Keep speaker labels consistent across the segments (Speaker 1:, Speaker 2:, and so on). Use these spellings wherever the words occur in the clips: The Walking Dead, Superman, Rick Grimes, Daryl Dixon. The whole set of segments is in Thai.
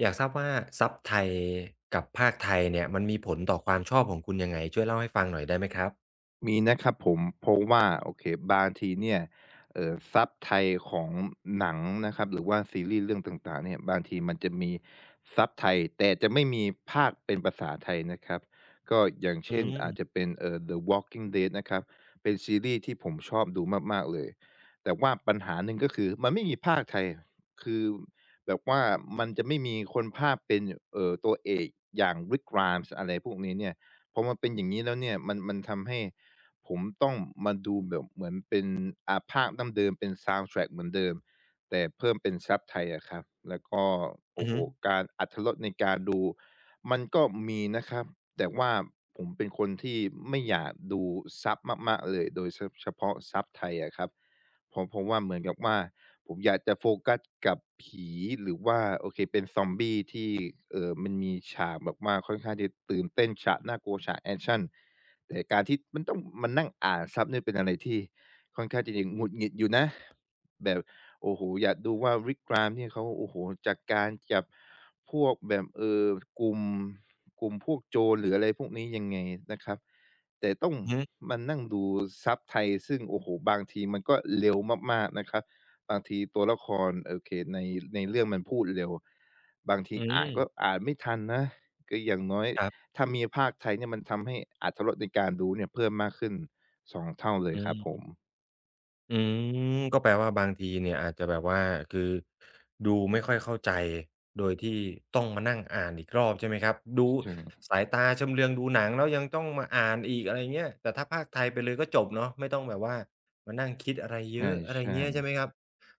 Speaker 1: อยากทราบว่าซับไทยกับภาคไทยเนี่ยมันมีผลต่อความชอบของคุณยังไงช่วยเล่าให้ฟังหน่อยได้ไหมครับ
Speaker 2: มีนะครับผมเพราะว่าโอเคบางทีเนี่ยซับไทยของหนังนะครับหรือว่าซีรีส์เรื่องต่างๆเนี่ยบางทีมันจะมีซับไทยแต่จะไม่มีพากย์เป็นภาษาไทยนะครับก็อย่าง
Speaker 1: อื
Speaker 2: เช่นอาจ
Speaker 1: ม
Speaker 2: จะเป็นThe Walking Dead นะครับเป็นซีรีส์ที่ผมชอบดูมากๆเลยแต่ว่าปัญหาหนึ่งก็คือมันไม่มีพากย์ไทยคือแบบว่ามันจะไม่มีคนพากย์เป็นตัวเอกอย่าง Rick Grimes อะไรพวกนี้เนี่ยพอมันเป็นอย่างงี้แล้วเนี่ยมันทำให้ ผมต้องมาดูแบบเหมือนเป็นภาคดั้งเดิมเป็นซาวด์แทร็กเหมือนเดิมแต่เพิ่มเป็นซับไทยอะครับแล้วก็
Speaker 1: อื
Speaker 2: โอ้
Speaker 1: อ
Speaker 2: โฮ
Speaker 1: ฮึ
Speaker 2: การอรรถรสในการดูมันก็มีนะครับแต่ว่าผมเป็นคนที่ไม่อยากดูซับมากๆเลยโดยเฉพาะซับไทยอะครับเพราะว่าเหมือนกับว่าผมอยากจะโฟกัสกับผีหรือว่าโอเคเป็นซอมบี้ที่มันมีฉากแบบว่าค่อนข้างที่ตื่นเต้นฉากน่ากลัวฉากแอกชัน แต่การที่มันต้องมานั่งอ่านซับเนี่ยเป็นอะไรที่ค่อนข้าง่จะหงุดหงิดอยู่นะแบบโอ้โฮอยากดูว่า Rick Grimes เนี่ยเขาโอ้โฮจัดการจับพวกแบบกลุ่มกลุ่มพวกโจรหรืออะไรพวกนี้ยังไงนะครับแต่ต้อง
Speaker 1: อือฮึ
Speaker 2: มานั่งดูซับไทยซึ่งโอ้โฮบางทีมันก็เร็วมากๆนะครับบางทีตัวละครโอเคในเรื่องมันพูดเร็วบางที
Speaker 1: อื
Speaker 2: อ่านก็
Speaker 1: ม
Speaker 2: อ่านไม่ทันนะก็อย่างน้อย
Speaker 1: ครับ
Speaker 2: ถ้ามีภาคไทยเนี่ยมันทำให้อรรถรสในการดูเนี่ยเพิ่มมากขึ้น2เท่าเลย
Speaker 1: อื
Speaker 2: ครับผม
Speaker 1: ม อืมก็แปลว่าบางทีเนี่ยอาจจะแบบว่าคือดูไม่ค่อยเข้าใจโดยที่ต้องมานั่งอ่านอีกรอบใช่ไหมครับดู
Speaker 2: ใช
Speaker 1: สายตาชำเลืองดูหนังแล้วยังต้องมาอ่านอีกอะไรเงี้ยแต่ถ้าพากย์ไทยไปเลยก็จบเนาะไม่ต้องแบบว่ามานั่งคิดอะไรเย
Speaker 2: ่
Speaker 1: อะอะไร
Speaker 2: ใช่
Speaker 1: เงี้ยใช่ไหมครับ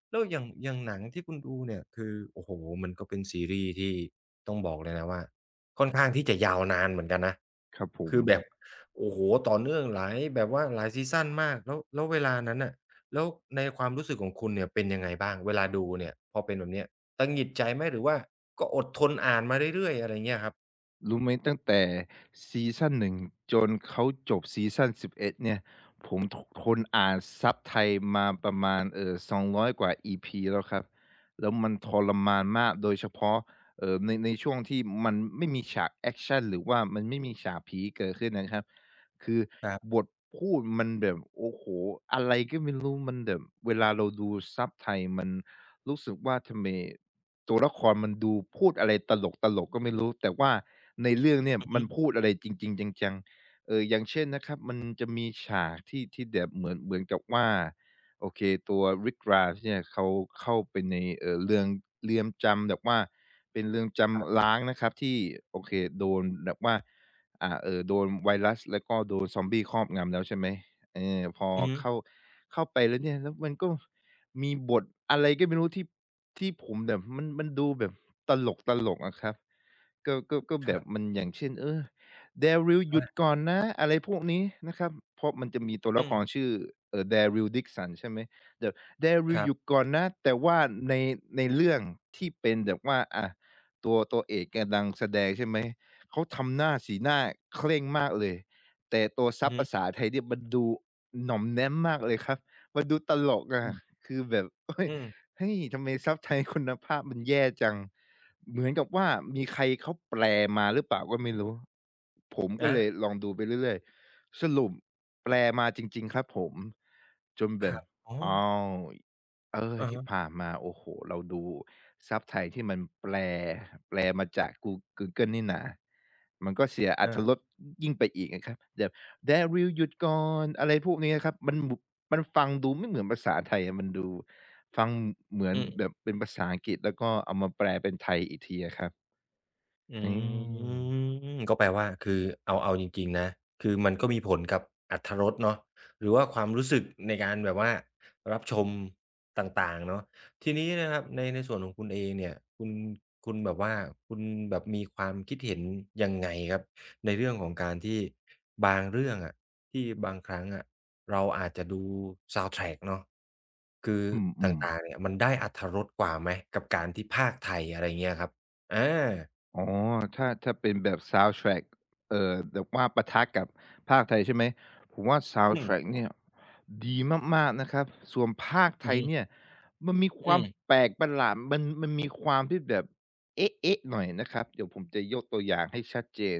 Speaker 1: แล้วอย่างอย่างหนังที่คุณดูเนี่ยคือโอ้โฮมันก็เป็นซีรีส์ที่ต้องบอกเลยนะว่าค่อนข้างที่จะยาวนานเหมือนกันนะ
Speaker 2: ๆครับผม
Speaker 1: คือแบบโอ้โฮต่อเนื่องหลายแบบว่าหลายซีซันมากแล้วแล้วเวลานั้นน่ะ แล้วในความรู้สึกของคุณเนี่ยเป็นยังไงบ้างเวลาดูเนี่ยพอเป็นแบบเนี้ยตังหงิดใจไหมหรือว่าก็อดทนอ่านมาเรื่อยๆอะไรเงี้ยครับ
Speaker 2: รู้ไหมตั้งแต่ซีซัน1จนเขาจบซีซัน11เอ็ดเนี่ยผมททนอ่านซับไทยมาประมาณ200กว่า EP แล้วครับแล้วมันทรมานมากโดยเฉพาะในช่วงที่มันไม่มีฉากแอกชันหรือว่ามันไม่มีฉากผีเกิดขึ้นนะครับคือ
Speaker 1: ครับ
Speaker 2: บทพูดมันแบบโอ้โฮอะไรก็ไม่รู้มันแบบเวลาเราดูซับไทยมัน รู้สึกว่าทำไมตัวละครมันดูพูดอะไรตลกๆก็ไม่รู้แต่ว่าในเรื่องเนี่ย
Speaker 1: อือ
Speaker 2: มั
Speaker 1: ฮึ
Speaker 2: นพูดอะไรจริงๆจังๆเอออย่างเช่นนะครับมันจะมีฉากที่แบบเหมือนกับว่าโอเคตัว Rick Grimes เนี่ยเขาเข้าไปในเรือนจำแบบว่าเป็นเรือน
Speaker 1: ครั
Speaker 2: จำ
Speaker 1: บ
Speaker 2: ร้างนะครับที่โอเคโดนแบบว่าโดนไวรัสแล้วก็โดนซอมบี้ครอบงำแล้วใช่ไหมเออพอ
Speaker 1: อือฮึ
Speaker 2: เข้าเข้าไปแล้วเนี่ยแล้วมันก็ มีบทอะไรก็ไม่รู้ที่ผมแบบมันดูแบบตลกๆอะครับ ก็
Speaker 1: ค
Speaker 2: แบบ
Speaker 1: รั
Speaker 2: มั
Speaker 1: บ
Speaker 2: นอย่างเช่นเออ Daryl หยุด
Speaker 1: อา
Speaker 2: ก่อนนะอะไรพวกนี้นะครับเพราะมันจะมีตัวละ
Speaker 1: อื
Speaker 2: ค
Speaker 1: ม
Speaker 2: รชื่อDaryl Dixon ใช่ไหมแบบ
Speaker 1: ค
Speaker 2: Daryl
Speaker 1: รั
Speaker 2: หยุด
Speaker 1: บ
Speaker 2: ก่อนนะแต่ว่าในในเรื่องที่เป็นแบบว่าอะตัวเอกกำลังแสดงใช่ไหมเขาทำหน้าสีหน้าเคร่งมากเลยแต่ตัว
Speaker 1: อื
Speaker 2: ซั
Speaker 1: อ
Speaker 2: บ
Speaker 1: ฮึ
Speaker 2: ภาษาไทยเนี่ยมันดูหน่อมแน้มมากเลยครับมันดูตลกอะ
Speaker 1: อืม
Speaker 2: คือแบบเฮ้ย
Speaker 1: อืม
Speaker 2: เฮ้ยทำไมซับไทยคุณภาพมันแย่จัง เหมือนกับว่ามีใครเขาแปลมาหรือเปล่าก็ไม่รู้ผมก็
Speaker 1: อา
Speaker 2: เลยลองดูไปเรื่อยๆสรุปแปลมาจริงๆครับผมจนแบ
Speaker 1: ค
Speaker 2: บ
Speaker 1: รับอ๋อ
Speaker 2: อ้าวเออ
Speaker 1: อะ
Speaker 2: ที่
Speaker 1: ฮะ
Speaker 2: ผ่านมาโอ้โฮเราดูซับไทยที่มันแปลมาจากGoogle นี่นามันก็เสียอรรถ
Speaker 1: อา
Speaker 2: รสยิ่งไปอีกอะครับแบบแดริลหยุดก่อนอะไรพวกนี้อะครับมันฟังดูไม่เหมือนภาษาไทยอะมันดู ฟังเหมือน
Speaker 1: อื
Speaker 2: แบ
Speaker 1: ม
Speaker 2: บเป็นภาษาอังกฤษแล้วก็เอามาแปลเป็นไทยอีกทีอะครับ
Speaker 1: อ
Speaker 2: อื
Speaker 1: ื
Speaker 2: ม
Speaker 1: มก็แปลว่าคือเอาเอาจริงๆนะคือมันก็มีผลกับอรรถรสเนาะหรือว่าความรู้สึกในการแบบว่ารับชมต่างๆเนาะทีนี้นะครับในในส่วนของคุณเองเนี่ยคุณคุณแบบว่าคุณแบบมีความคิดเห็นยังไงครับในเรื่องของการที่บางเรื่องอะที่บางครั้งอะเราอาจจะดูซาวด์แทร็กเนาะคือ
Speaker 2: อืมอื
Speaker 1: ต
Speaker 2: ม
Speaker 1: ่างๆเนี่ยมันได้อรรถรสกว่าไหมกับการที่พากย์ไทยอะไรเงี้ยครับอา
Speaker 2: อ๋อถ้าเป็นแบบ sound track แบบว่าปะทะกับภาคไทยใช่ไหมผมว่า
Speaker 1: อื
Speaker 2: sound
Speaker 1: ม
Speaker 2: track เนี่ยดีมากๆนะครับส่วนภาคไท
Speaker 1: อือ
Speaker 2: ย
Speaker 1: ฮึ
Speaker 2: เนี่ยมันมีค
Speaker 1: อื
Speaker 2: วาม
Speaker 1: ม
Speaker 2: แปลกประหลาดมันมีความที่แบบเอ๊ะๆหน่อยนะครับเดี๋ยวผมจะยกตัวอย่างให้ชัดเจน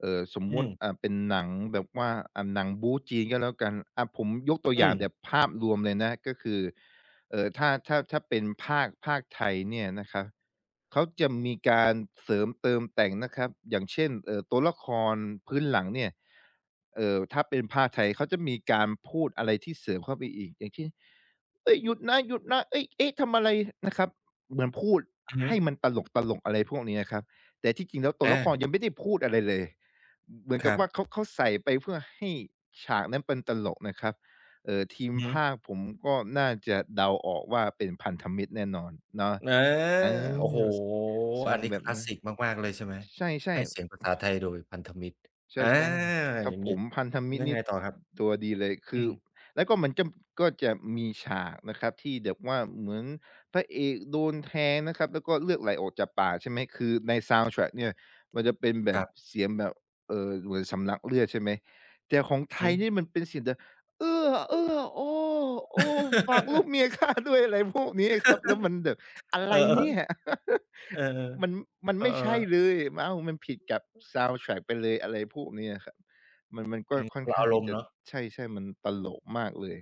Speaker 2: สม
Speaker 1: อื
Speaker 2: มุติ
Speaker 1: ม
Speaker 2: เป็นหนังแบบว่าหนังบู๊จีนก็แล้วกันผมยกตัว
Speaker 1: อื
Speaker 2: อย่าง
Speaker 1: ม
Speaker 2: แบบภาพรวมเลยนะก็คือถ้าเป็นภาคไทยเนี่ยนะครับ เขาจะมีการเสริมเติมแต่งนะครับอย่างเช่นตัวละครพื้นหลังเนี่ยถ้าเป็นภาคไทยเขาจะมีการพูดอะไรที่เสริมเข้าไปอีกอย่างเช่นเฮ้ยหยุดนะหยุดนะเฮ้ยเอ๊ะทำอะไรนะครับเหมือนพูด
Speaker 1: อือฮึ
Speaker 2: ให้มันตลกๆอะไรพวกนี้นะครับแต่ที่จริงแล้วตัวละคร
Speaker 1: อา
Speaker 2: ยังไม่ได้พูดอะไรเลยเหมือน
Speaker 1: ค
Speaker 2: กับ
Speaker 1: รับ
Speaker 2: ว่าเขาใส่ไปเพื่อให้ฉากนั้นเป็นตลกนะครับทีม
Speaker 1: อือฮึ
Speaker 2: พากย์ผมก็น่าจะเดาออกว่าเป็นพันธมิตรแน่นอนเนาะ
Speaker 1: อา
Speaker 2: อา
Speaker 1: โอ้โฮ
Speaker 2: สทร
Speaker 1: อั
Speaker 2: ง
Speaker 1: นนี้
Speaker 2: แบ
Speaker 1: ค
Speaker 2: บ
Speaker 1: ลาส
Speaker 2: นั้น
Speaker 1: สิกมากๆเลยใช่ไหม
Speaker 2: ใช่
Speaker 1: ให้เสียงภา
Speaker 2: ๆ
Speaker 1: ษาไทยโดยพันธมิตร
Speaker 2: ใช
Speaker 1: อา
Speaker 2: ่ๆครั
Speaker 1: อ
Speaker 2: บ
Speaker 1: ย่าง
Speaker 2: ผ
Speaker 1: งี้
Speaker 2: มพันธมิต
Speaker 1: แล้
Speaker 2: ร
Speaker 1: ว
Speaker 2: นี่
Speaker 1: ไงต่อครับ
Speaker 2: ตัวดีเลยคื
Speaker 1: อื
Speaker 2: อ
Speaker 1: ม
Speaker 2: แล้วก็มันจะก็จะมีฉากนะครับที่แบบว่าเหมือนพระเอกโดนแทงนะครับแล้วก็เลือดไหลออกจากปากใช่ไหมคือในซาวด์แทร็กเนี่ยมันจะเป็นแบ
Speaker 1: ค
Speaker 2: บ
Speaker 1: รับ
Speaker 2: เสียงแบบเหมือนสำลักเลือดใช่ไหมแต่ของไท
Speaker 1: อื
Speaker 2: ย
Speaker 1: อ
Speaker 2: นี่มันเป็นเสียงแบบเอื้อเอื้อโอ้โอ้ ฝากลูก
Speaker 1: ฮึ
Speaker 2: เมียข้าด้วยอะไรพวกนี้ครับแล้วมันแบบอะไร
Speaker 1: เออ
Speaker 2: เนี่ย
Speaker 1: ๆเออ
Speaker 2: มัน
Speaker 1: ๆ
Speaker 2: มัน
Speaker 1: เออ
Speaker 2: ไม่ใช่
Speaker 1: ๆ
Speaker 2: เลยอ้าวมันผิดกับซาวนด์แทร็กไปเลยอะไรพวกเนี้ยครับ มันก็ค่อ
Speaker 1: ค
Speaker 2: น
Speaker 1: นละ
Speaker 2: ข้าง
Speaker 1: อาร
Speaker 2: ที่
Speaker 1: มณ์
Speaker 2: จะ
Speaker 1: เนาะ
Speaker 2: ใช่ๆมันตลกมากเลย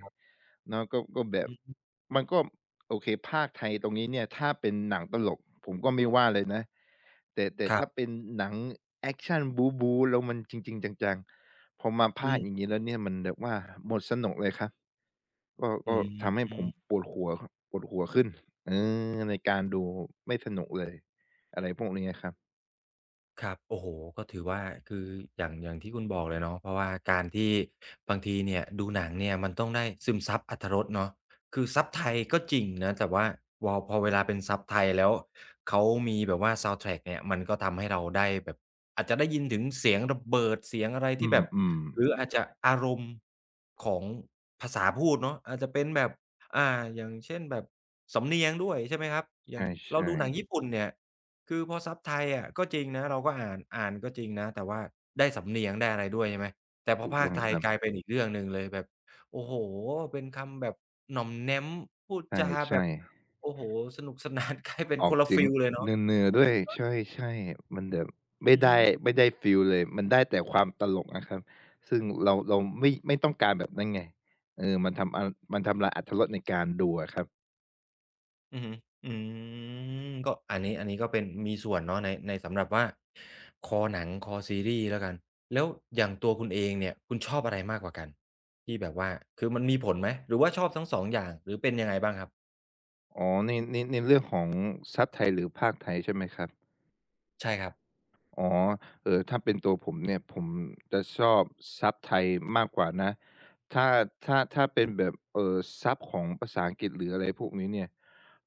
Speaker 2: เนาะก็ก็แบบ
Speaker 1: อือฮึ
Speaker 2: มันก็โอเคพากย์ไทยตรงนี้เนี่ยถ้าเป็นหนังตลกผมก็ไม่ว่าเลยนะแต่
Speaker 1: ครั
Speaker 2: ถ้า
Speaker 1: บ
Speaker 2: เป็นหนังแอกชันบู๊ๆแล้วมันจริงๆจังๆพอมาพาก
Speaker 1: อื
Speaker 2: ย์อย่าง
Speaker 1: ม
Speaker 2: งี้แล้วเนี่ยมันแบบว่าหมดสนุกเลยครับก็
Speaker 1: อื
Speaker 2: ก็ทำให้ผม
Speaker 1: ม
Speaker 2: ปวดหัวปวดหัวขึ้นเออในการดูไม่สนุกเลยอะไรพวกนี้อะครับ
Speaker 1: ครับโอ้โฮก็ถือว่าคืออย่างอย่างที่คุณบอกเลยเนาะเพราะว่าการที่บางทีเนี่ยดูหนังเนี่ยมันต้องได้ซึมซับอรรถรสเนาะคือซับไทยก็จริงนะแต่ว่าวอพอเวลาเป็นซับไทยแล้วเขามีแบบว่าซาวนด์แทร็กเนี่ยมันก็ทำให้เราได้แบบอาจจะได้ยินถึงเสียงระเบิดเสียงอะไร
Speaker 2: อื
Speaker 1: ที่แบบ
Speaker 2: ม
Speaker 1: หรืออาจจะอารมณ์ของภาษาพูดเนาะอาจจะเป็นแบบอ่าอย่างเช่นแบบสำเนียงด้วยใช่ไหมครับ
Speaker 2: ๆใ
Speaker 1: อย่างเรา
Speaker 2: ช่
Speaker 1: ดูหนังญี่ปุ่นเนี่ย คือพอซับไทยอะก็จริงนะเราก็อ่านอ่านก็จริงนะแต่ว่าได้สำเนียงได้อะไรด้วยใช่ไหมแต่
Speaker 2: ๆ
Speaker 1: พอ
Speaker 2: ถูก
Speaker 1: พา
Speaker 2: ต้
Speaker 1: ก
Speaker 2: อ
Speaker 1: ย์
Speaker 2: ง
Speaker 1: ไท
Speaker 2: ค
Speaker 1: ย
Speaker 2: รับ
Speaker 1: กลายเป็นอีกเรื่องหนึ่งเลยแบบโอ้โฮเป็นคำแบบหน่อมแน้มพูดจาแบ
Speaker 2: ใช่
Speaker 1: บ
Speaker 2: ๆ
Speaker 1: โอ้โฮสนุกสนาน กลายเป็น
Speaker 2: ออ
Speaker 1: ค
Speaker 2: ก
Speaker 1: นละ
Speaker 2: เสีย
Speaker 1: ฟี
Speaker 2: ง
Speaker 1: ลเลยเนาะ
Speaker 2: เนอๆด้วยใช่ๆมันแบบไม่
Speaker 1: อื
Speaker 2: ได้
Speaker 1: ม
Speaker 2: ไม่ได้ฟีลเลยมันได้แต่ความตลกอะครับซึ่งเราไม่ต้องการแบบนั้นไงเออมันทำอามันทำลายอรรถรสในการดูอะครับ
Speaker 1: อือฮึอืมก็อันนี้อันนี้ก็เป็นมีส่วนเนาะในในสำหรับว่าคอหนังคอซีรีส์แล้วกันแล้วอย่างตัวคุณเองเนี่ยคุณชอบอะไรมากกว่ากันที่แบบว่าคือมันมีผลไหมหรือว่าชอบทั้งสองอย่างหรือเป็นยังไงบ้างครับ
Speaker 2: อ๋อในเรื่องของซับไทยหรือพากย์ไทยใช่ไหมครับ
Speaker 1: ใช่ครับ
Speaker 2: อ๋อถ้าเป็นตัวผมเนี่ยผมจะชอบซับไทยมากกว่านะถ้าถ้าเป็นแบบซับของภาษาอังกฤษหรืออะไรพวกนี้เนี่ย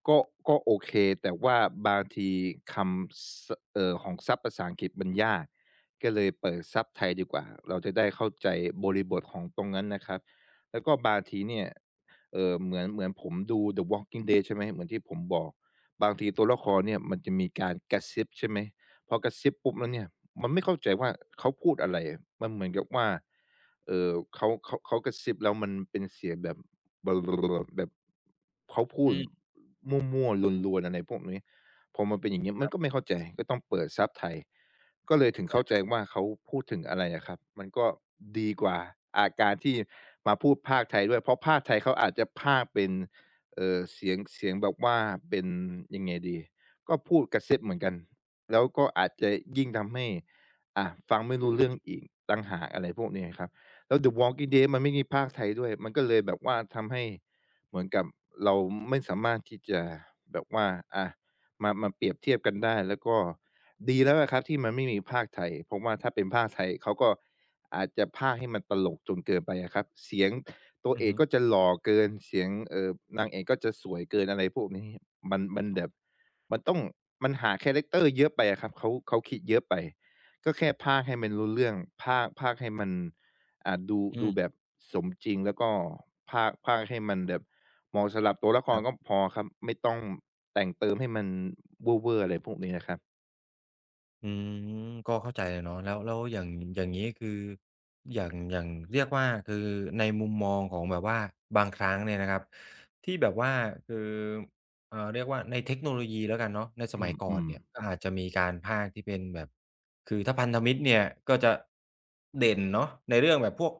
Speaker 2: ก็ก็โอเคแต่ว่าบางทีคำซของซับภาษาอังกฤษมันยากก็เลยเปิดซับไทยดีกว่าเราจะได้เข้าใจบริบทของตรงนั้นนะครับแล้วก็บางทีเนี่ยเหมือนผมดู The Walking Dead ใช่ไหมเหมือนที่ผมบอกบางทีตัวละครเนี่ยมันจะมีการกระซิบใช่ไหม พอกระซิบปุ๊บแล้วเนี่ยมันไม่เข้าใจว่าเขาพูดอะไรมันเหมือนกับว่าเขากระซิบแล้วมันเป็นเสียงแบบแบบเขาพู
Speaker 1: อื
Speaker 2: ด
Speaker 1: ม
Speaker 2: มั่วๆรวนๆอะไรพวกนี้พอมันเป็นอย่างงี้มันก็ไม่เข้าใจก็ต้องเปิดซับไทยก็เลยถึงเข้าใจว่าเขาพูดถึงอะไรอะครับมันก็ดีกว่าอาการที่มาพูดพากย์ไทยด้วยเพราะพากย์ไทยเขาอาจจะพากย์เป็นเสียงแบบว่าเป็นยังไงดีก็พูดกระซิบเหมือนกัน แล้วก็อาจจะยิ่งทำให้อ่าฟังไม่รู้เรื่องอีกต่างหากอะไรพวกนี้ครับแล้ว The Walking Dead มันไม่มีภาคไทยด้วยมันก็เลยแบบว่าทำให้เหมือนกับเราไม่สามารถที่จะแบบว่าอ่ามามาเปรียบเทียบกันได้แล้วก็ดีแล้วอะครับที่มันไม่มีภาคไทยเพราะว่าถ้าเป็นภาคไทยเขาก็อาจจะพากย์ให้มันตลกจนเกินไปอะครับเสียงตัว
Speaker 1: อื
Speaker 2: เอ
Speaker 1: อ
Speaker 2: ก
Speaker 1: ฮึ
Speaker 2: ก็จะหล่อเกินเสียงนางเอกก็จะสวยเกินอะไรพวกนี้มันมันแบบ มันต้องมันหาคาแรกเตอร์เยอะไปอะครับเขาคิดเยอะไปก็แค่พากย์ให้มันรู้เรื่องพากย์ให้มันอ่าดู
Speaker 1: อื
Speaker 2: ดูแบบ
Speaker 1: ม
Speaker 2: สมจริงแล้วก็พากย์ให้มันแบบเหมาะสำหรับตัวละค
Speaker 1: ค
Speaker 2: ร
Speaker 1: รั
Speaker 2: ก็
Speaker 1: บ
Speaker 2: พอครับไม่ต้องแต่งเติมให้มันเว่อร์ๆอะไรพวกนี้นะครับ
Speaker 1: อืมก็เข้าใจเลยเนาะแล้วแล้วอย่างอย่างงี้คืออย่างอย่างเรียกว่าคือในมุมมองของแบบว่าบางครั้งเนี่ยนะครับที่แบบว่าคือเรียกว่าในเทคโนโลยีแล้วกันเนาะในส
Speaker 2: อ
Speaker 1: มัยก่อ
Speaker 2: ื
Speaker 1: น
Speaker 2: ม
Speaker 1: เนี่ยก็อาจจะมีการพากย์ที่เป็นแบบคือถ้าพันธมิตรเนี่ยก็จะเด่นเนาะในเรื่องแบบพวก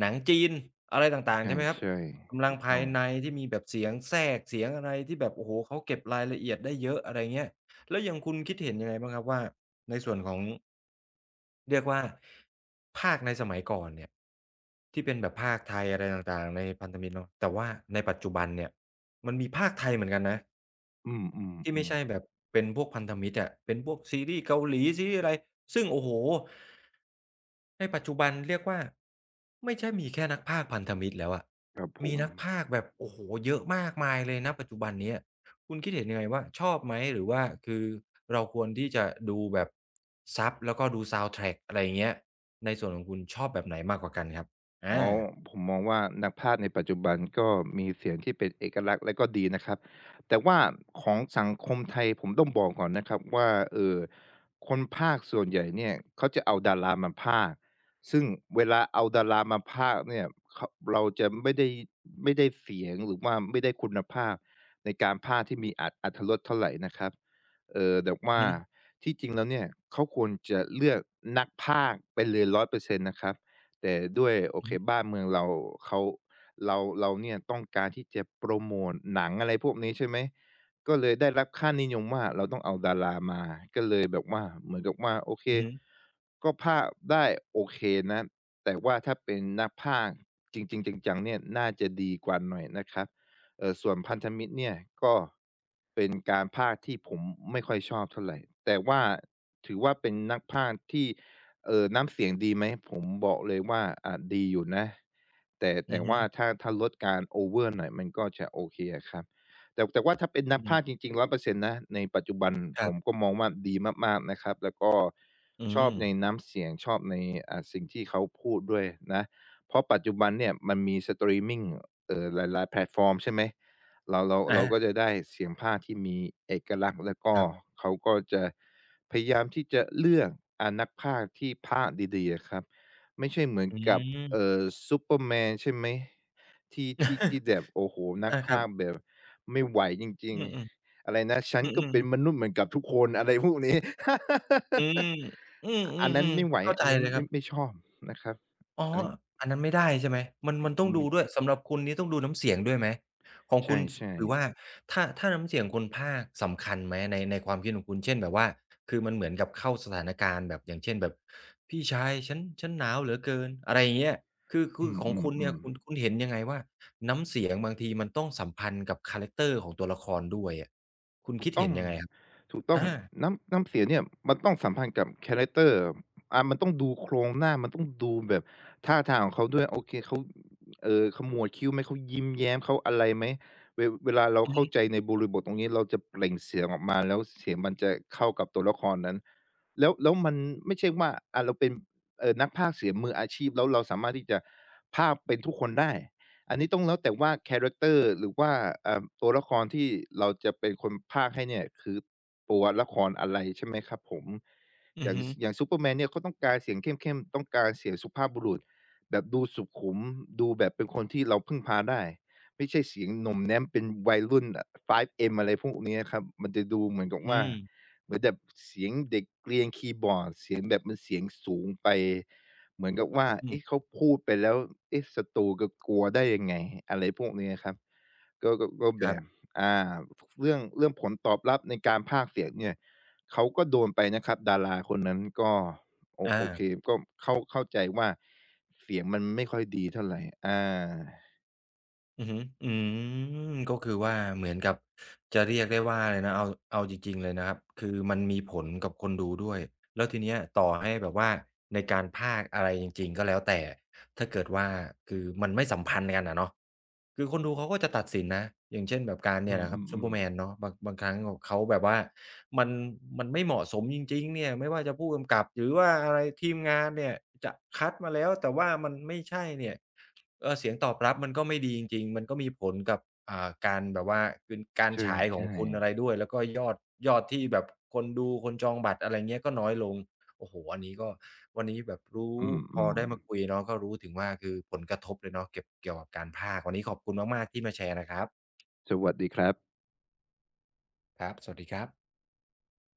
Speaker 1: หนังจีนอะไรต่า
Speaker 2: ๆ
Speaker 1: งๆใช่ไหมครับ
Speaker 2: ใช่
Speaker 1: กำ
Speaker 2: ๆ
Speaker 1: ลั
Speaker 2: ถู
Speaker 1: ง
Speaker 2: ก
Speaker 1: ภา
Speaker 2: ต้อ
Speaker 1: ย
Speaker 2: ง
Speaker 1: ในที่มีแบบเสียงแทรกเสียงอะไรที่แบบโอ้โฮเขาเก็บรายละเอียดได้เยอะอะไรเงี้ย แล้วอย่างคุณคิดเห็นยังไงบ้างครับว่าในส่วนของเรียกว่าภาคในสมัยก่อนเนี่ยที่เป็นแบบภาคไทยอะไรต่างๆในพันธมิตรเนาะแต่ว่าในปัจจุบันเนี่ยมันมีภาคไทยเหมือนกันนะ
Speaker 2: อื
Speaker 1: ที่ไม่
Speaker 2: ม
Speaker 1: ใช่แบ
Speaker 2: ๆ
Speaker 1: บเป็นพวกพันธมิตรอะเป็นพวกซีรีส์เกาหลีซีรีส์อะไรซึ่งโอ้โฮในปัจจุบันเรียกว่าไม่ใช่มีแค่นักพากย์พันธมิตรแล้วอะ
Speaker 2: ๆครับผ
Speaker 1: มี
Speaker 2: ม
Speaker 1: นักพากย์แบบโอ้โฮเยอะมากมายเลยณปัจจุบันเนี้ยคุณคิดเห็นยังไงว่าชอบไหมหรือว่าคือเราควรที่จะดูแบบซับแล้วก็ดูซาวนด์แทร็กอะไรอย่างเงี้ยในส่วนของคุณชอบแบบไหนมากกว่ากันครับ
Speaker 2: อ๋
Speaker 1: อา
Speaker 2: อผมมองว่านักพากย์ในปัจจุบันก็มีเสียงที่เป็นเอกลักษณ์และก็ดีนะครับแต่ว่าของสังคมไทยผมต้องบอกก่อนนะครับว่าคนพากย์ส่วนใหญ่เนี่ยเขาจะเอาดารามาพากย์ซึ่งเวลาเอาดารามาพากย์เนี่ยเขาเราจะไม่ได้ไม่ได้เสียงหรือว่าไม่ได้คุณภาพในการพากย์ที่มีอรรถรสเท่าไรนะครับแต่
Speaker 1: อือ
Speaker 2: ว่า
Speaker 1: ฮึ
Speaker 2: ที่จริงแล้วเนี่ยเขาควรจะเลือกนักพากย์ไปเลย100%นะครับ แต่ด้วยโอ
Speaker 1: อือ
Speaker 2: เค
Speaker 1: ฮึ
Speaker 2: บ้านเมืองเราเขาเราเนี่ยต้องการที่จะโพรโมตหนังอะไรพวกนี้ใช่ไหมก็เลยได้รับค่านิยมว่าเราต้องเอาดารามาก็เลยแบบว่าเหมือนกับว่าโอเค
Speaker 1: อือฮึ
Speaker 2: ก็พากย์ได้โอเคนะแต่ว่าถ้าเป็นนักพากย์จริงๆจังๆเนี่ยน่าจะดีกว่าหน่อยนะครับส่วนพันธมิตรเนี่ยก็เป็นการพากย์ที่ผมไม่ค่อยชอบเท่าไรแต่ว่าถือว่าเป็นนักพากย์ที่ น้ำเสียงดีไหมผมบอกเลยว่าดีอยู่นะแต่
Speaker 1: อื
Speaker 2: แต่
Speaker 1: อฮึ
Speaker 2: ว่าถ้าลดการโอเวอร์หน่อยมันก็จะโอเคอะครับแต่ว่าถ้าเป็นนัก
Speaker 1: อื
Speaker 2: พากย์
Speaker 1: ม
Speaker 2: จริงๆ100%นต์นะในปัจจุบัน
Speaker 1: ค
Speaker 2: ผ
Speaker 1: รั
Speaker 2: ม
Speaker 1: บ
Speaker 2: ก็มองว่าดีมากๆนะครับแล้วก็
Speaker 1: อื
Speaker 2: ชอบ
Speaker 1: ม
Speaker 2: ในน้ำเสียงชอบในสิ่งที่เขาพูดด้วยนะเพราะปัจจุบันเนี่ยมันมีสตรีมมิงหลายๆแพลตฟอร์มใช่ไหม เราเรา
Speaker 1: อา
Speaker 2: เราก็จะได้เสียงภาคที่มีเอกลักษณ์แล้วก็
Speaker 1: ครับ
Speaker 2: เขาก็จะพยายามที่จะเลือกนักพากย์ที่พากย์ดีๆอะครับไม่ใช่เหมือน
Speaker 1: อื
Speaker 2: กับเอ่
Speaker 1: ม
Speaker 2: อซูเปอร์แมนใช่ไหมที่ แบบโอ้โฮนัก
Speaker 1: อาครับ
Speaker 2: พากย์แบบไม่ไหวจริง
Speaker 1: อืม
Speaker 2: ๆอะไรนะ
Speaker 1: ๆ
Speaker 2: ฉัน
Speaker 1: อื
Speaker 2: ก็เป็นม
Speaker 1: ม
Speaker 2: นุษย์เหมือนกับทุกคนอะไรพวกนี้
Speaker 1: ๆอืมอื
Speaker 2: อันนั้น
Speaker 1: ม
Speaker 2: ไม่
Speaker 1: ๆ
Speaker 2: ไหว
Speaker 1: ๆเข้าใจ
Speaker 2: อันนั้น
Speaker 1: เลยค
Speaker 2: ไม่
Speaker 1: รับ
Speaker 2: ไม่ชอบนะครับ
Speaker 1: อ๋อ
Speaker 2: อันนั้น
Speaker 1: อันนั้นไม่ได้ใช่ไหมมันต้
Speaker 2: อื
Speaker 1: องดูด้วย
Speaker 2: ม
Speaker 1: สำหรับคุณนี่ต้องดูน้ำเสียงด้วยไหมของคุณส
Speaker 2: ใช่
Speaker 1: ถือว่า
Speaker 2: ๆ
Speaker 1: ถ้าน้ำเสียงคนพากย์สำคัญไหมในความคิดของคุณเช่นแบบว่าคือมันเหมือนกับเข้าสถานการณ์แบบอย่างเช่นแบบพี่ชายฉันหนาวเหลือเกินอะไรอย่างเงี้ยคือคื
Speaker 2: อื
Speaker 1: อของคุณเนี่
Speaker 2: ม
Speaker 1: ยคุ
Speaker 2: ๆ
Speaker 1: ณ
Speaker 2: ๆ
Speaker 1: คุณเห็นยังไงว่าน้ำเสียงบางทีมันต้องสัมพันธ์กับคาแรกเตอร์ของตัวละครด้วยอะคุณ
Speaker 2: ถูก
Speaker 1: คิด
Speaker 2: ต้อ
Speaker 1: เห็
Speaker 2: ง
Speaker 1: นยังไงครับ
Speaker 2: ถูกต้อ
Speaker 1: อา
Speaker 2: งน้ำเสียงเนี่ยมันต้องสัมพันธ์กับคาแรกเตอร์มันต้องดูโครงหน้ามันต้องดูแบบท่าทางของเขาด้วยโอเคเขาขมวดคิ้วไหมเขายิ้มแย้มเขาอะไรไหมเวเวลาเรา
Speaker 1: อือ
Speaker 2: เข้าใจ
Speaker 1: ฮึ
Speaker 2: ในบริบทตรงนี้เราจะเปล่งเสียงออกมาแล้วเสียงมันจะเข้ากับตัวละครนั้นแล้วมันไม่ใช่ว่าเราเป็นนักพากย์เสียงมืออาชีพแล้วเราสามารถที่จะพากย์เป็นทุกคนได้ อันนี้ต้องแล้วแต่ว่าคาแรคเตอร์หรือว่าตัวละครที่เราจะเป็นคนพากย์ให้เนี่ยคือตัวละครอะไรใช่ไหมครับผม
Speaker 1: อื
Speaker 2: อ
Speaker 1: อ
Speaker 2: ย่าง
Speaker 1: ฮึ
Speaker 2: ซูเปอร์แมนเนี่ยเขาต้องการเสียงเข้มๆต้องการเสียงสุภาพบุรุษแบบดูสุขุมดูแบบเป็นคนที่เราพึ่งพาได้ไม่ใช่เสียงหน่อมแน้มเป็นวัยรุ่นอ 5M อะไรพวกเนี้ยครับมันจะดูเหมือนกับ
Speaker 1: อื
Speaker 2: ว่า
Speaker 1: ม
Speaker 2: เหมือนแบบเสียงเด็กเรียนคีย์บอร์ดเสียงแบบมันเสียงสูงไป เหมือนกับว่า
Speaker 1: อื
Speaker 2: เอ๊ะเขา
Speaker 1: ม
Speaker 2: พูดไปแล้วเอ๊ะศัตรูจะกลัวได้ยังไงอะไรพวกนี้อะครับก็
Speaker 1: ค
Speaker 2: แบ
Speaker 1: รั
Speaker 2: บ
Speaker 1: บ
Speaker 2: อ่าเรื่องผลตอบรับในการพากย์เสียงเนี่ยเขาก็โดนไปนะครับดาราคนนั้นก็
Speaker 1: อา
Speaker 2: โอเคก็เข้าใจว่าเสียงมันไม่ค่อยดีเท่าไรอา
Speaker 1: อือฮึอืมก็คือว่าเหมือนกับจะเรียกได้ว่าเลยนะเอาจริงๆเลยนะครับคือมันมีผลกับคนดูด้วยแล้วทีเนี้ยต่อให้แบบว่าในการพากย์อะไรจริงๆก็แล้วแต่ถ้าเกิดว่าคือมันไม่สัมพันธ์กันอะเนาะ คือคนดูเขาก็จะตัดสินนะอย่างเช่นแบบการเนี่
Speaker 2: อื
Speaker 1: ยแหละครับซูเปอ
Speaker 2: ม
Speaker 1: ร์แม
Speaker 2: ๆ
Speaker 1: นเนาะบางครั้งของเขาแบบว่ามันมันไม่เหมาะสมจริงๆเนี่ยไม่ว่าจะผู้กำกับหรือว่าอะไรทีมงานเนี่ยจะคัดมาแล้วแต่ว่ามันไม่ใช่เนี่ยเออเสียงตอบรับมันก็ไม่ดีจริงๆมันก็มีผลกับการแบบว่าเป็นกา
Speaker 2: ๆ
Speaker 1: รฉายของ
Speaker 2: ใช่
Speaker 1: คุณอะไร
Speaker 2: ๆ
Speaker 1: ด้วยแล้วก็ยอดที่แบบคนดูคนจองบัตรอะไรเงี้ยก็น้อยลง โอ้โฮอันนี้ก็วันนี้แบบรู้
Speaker 2: อื
Speaker 1: พอ
Speaker 2: ม
Speaker 1: ได้มา
Speaker 2: ๆ
Speaker 1: คุยเนาะก็รู้ถึงว่าคือผลกระทบเลยเนาะเก็บเกี่ยวกับการพากย์วันนี้ขอบคุณมากๆที่มาแชร์นะครับ
Speaker 2: สวัสดีครับ
Speaker 1: ครับสวัสดีครับ